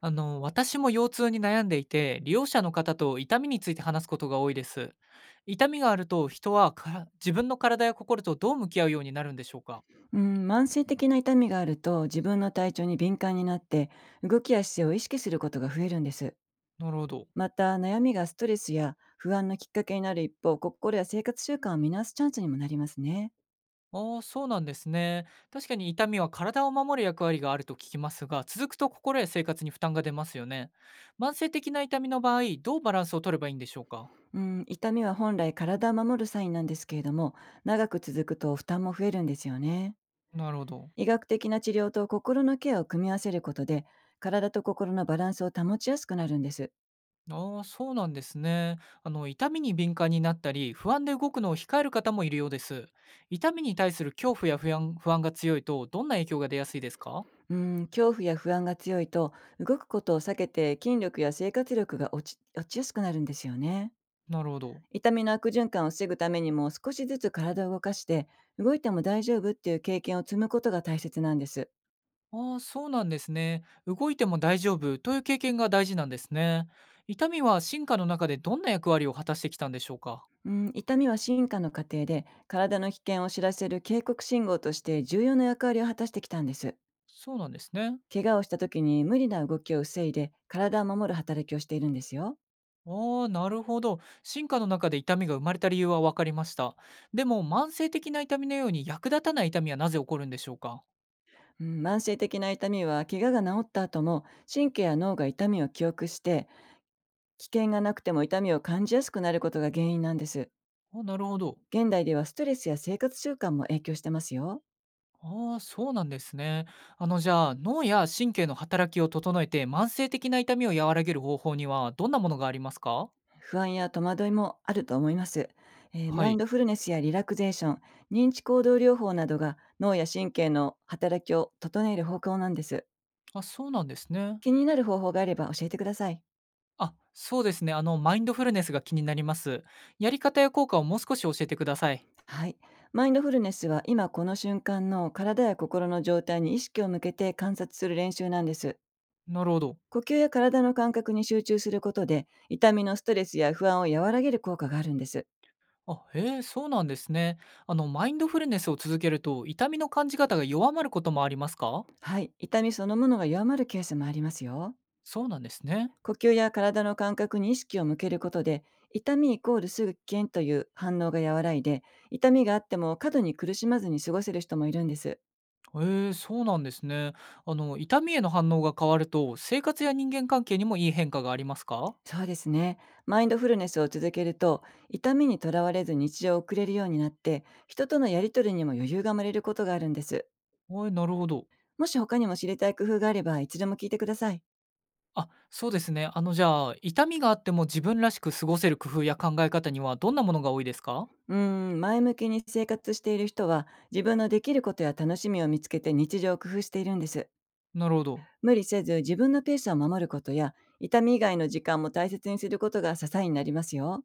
私も腰痛に悩んでいて、利用者の方と痛みについて話すことが多いです。痛みがあると、人はから自分の体や心とどう向き合うようになるんでしょうか？うん、慢性的な痛みがあると自分の体調に敏感になって、動きや姿勢を意識することが増えるんです。なるほど。また、悩みがストレスや不安のきっかけになる一方、心や生活習慣を見直すチャンスにもなりますね。ああ、そうなんですね。確かに痛みは体を守る役割があると聞きますが、続くと心や生活に負担が出ますよね。慢性的な痛みの場合、どうバランスを取ればいいんでしょうか？うん、痛みは本来体を守るサインなんですけれども、長く続くと負担も増えるんですよね。なるほど。医学的な治療と心のケアを組み合わせることで、体と心のバランスを保ちやすくなるんです。ああ、そうなんですね。痛みに敏感になったり、不安で動くのを控える方もいるようです。痛みに対する恐怖や不安、不安が強いと、どんな影響が出やすいですか？うん、恐怖や不安が強いと動くことを避けて、筋力や生活力が落ちやすくなるんですよね。なるほど。痛みの悪循環を防ぐためにも、少しずつ体を動かして、動いても大丈夫っていう経験を積むことが大切なんです。ああ、そうなんですね。動いても大丈夫という経験が大事なんですね。痛みは進化の中でどんな役割を果たしてきたんでしょうか？うん、痛みは進化の過程で体の危険を知らせる警告信号として重要な役割を果たしてきたんです。そうなんですね。怪我をした時に無理な動きを防いで、体を守る働きをしているんですよ。ああ、なるほど。進化の中で痛みが生まれた理由は分かりました。でも、慢性的な痛みのように役立たない痛みはなぜ起こるんでしょうか？うん、慢性的な痛みは怪我が治った後も、神経や脳が痛みを記憶して、危険がなくても痛みを感じやすくなることが原因なんです。あなるほど。現代ではストレスや生活習慣も影響してますよ。ああ、そうなんですね。あの、じゃあ、脳や神経の働きを整えて、慢性的な痛みを和らげる方法には、どんなものがありますか？不安や戸惑いもあると思います。はマイい。ンドフルネスやリラクゼーション、認知行動療法などが脳や神経の働きを整える方向なんです。あ、そうなんですね。気になる方法があれば教えてください。あ、そうですね。マインドフルネスが気になります。やり方や効果をもう少し教えてください。はい。マインドフルネスは今この瞬間の体や心の状態に意識を向けて観察する練習なんです。なるほど。呼吸や体の感覚に集中することで、痛みのストレスや不安を和らげる効果があるんです。あ、へえ、そうなんですね。マインドフルネスを続けると、痛みの感じ方が弱まることもありますか？はい、痛みそのものが弱まるケースもありますよ。そうなんですね。呼吸や体の感覚に意識を向けることで、痛みイコールすぐ危険という反応が和らいで、痛みがあっても過度に苦しまずに過ごせる人もいるんです。へえ、そうなんですね。痛みへの反応が変わると、生活や人間関係にもいい変化がありますか？そうですね。マインドフルネスを続けると、痛みにとらわれず日常を送れるようになって、人とのやりとりにも余裕が生まれることがあるんです。はい、なるほど。もし他にも知りたい工夫があれば、いつでも聞いてください。あ、そうですね。あの、じゃあ、痛みがあっても自分らしく過ごせる工夫や考え方にはどんなものが多いですか？うーん、前向きに生活している人は自分のできることや楽しみを見つけて日常を工夫しているんです。なるほど。無理せず自分のペースを守ることや、痛み以外の時間も大切にすることが支えになりますよ。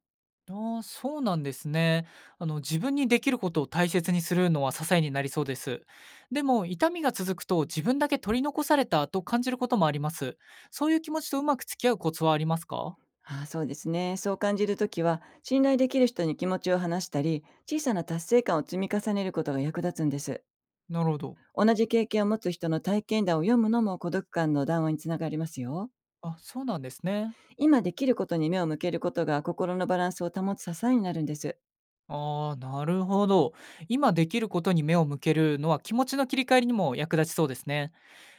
ああ、そうなんですね。自分にできることを大切にするのは支えになりそうです。でも、痛みが続くと自分だけ取り残されたと感じることもあります。そういう気持ちとうまく付き合うコツはありますか？ああ、そうですね。そう感じるときは信頼できる人に気持ちを話したり、小さな達成感を積み重ねることが役立つんです。なるほど。同じ経験を持つ人の体験談を読むのも孤独感の談話につながりますよ。あ、そうなんですね。今できることに目を向けることが心のバランスを保つ支えになるんです。ああ、なるほど。今できることに目を向けるのは気持ちの切り替えにも役立ちそうですね。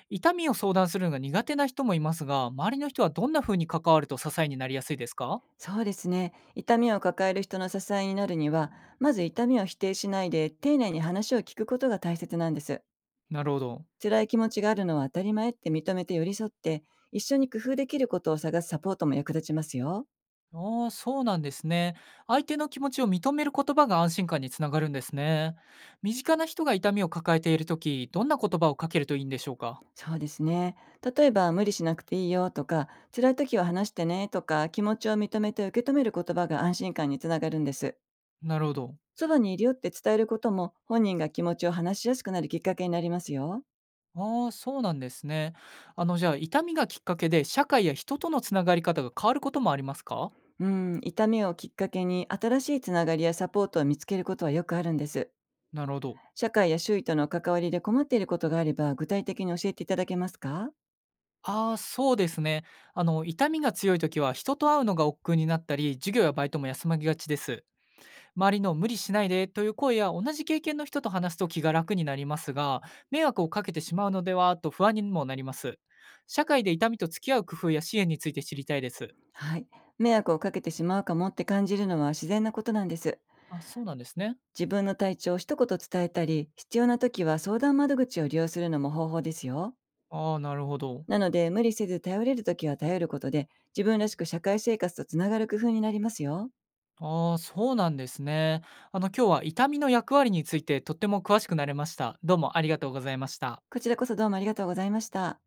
痛みを相談するのが苦手な人もいますが、周りの人はどんな風に関わると支えになりやすいですか？そうですね。痛みを抱える人の支えになるには、まず痛みを否定しないで、丁寧に話を聞くことが大切なんです。なるほど。辛い気持ちがあるのは当たり前って認めて寄り添って、一緒に工夫できることを探すサポートも役立ちますよ。ああ、そうなんですね。相手の気持ちを認める言葉が安心感につながるんですね。身近な人が痛みを抱えているとき、どんな言葉をかけるといいんでしょうか？そうですね。例えば、無理しなくていいよとか、辛い時は話してねとか、気持ちを認めて受け止める言葉が安心感につながるんです。なるほど。そばにいるよって伝えることも、本人が気持ちを話しやすくなるきっかけになりますよ。ああ、そうなんですね。あの、じゃあ、痛みがきっかけで社会や人とのつながり方が変わることもありますか？うん、痛みをきっかけに新しいつながりやサポートを見つけることはよくあるんです。なるほど。社会や周囲との関わりで困っていることがあれば具体的に教えていただけますか？ああ、そうですね。痛みが強い時は人と会うのが億劫になったり、授業やバイトも休まりがちです。周りの無理しないでという声や同じ経験の人と話すと気が楽になりますが、迷惑をかけてしまうのではと不安にもなります。社会で痛みと付き合う工夫や支援について知りたいです。はい。迷惑をかけてしまうかもって感じるのは自然なことなんです。あ、そうなんですね。自分の体調を一言伝えたり、必要な時は相談窓口を利用するのも方法ですよ。ああ、なるほど。なので、無理せず頼れるときは頼ることで、自分らしく社会生活とつながる工夫になりますよ。ああ、そうなんですね。今日は痛みの役割についてとっても詳しくなれました。どうもありがとうございました。こちらこそどうもありがとうございました。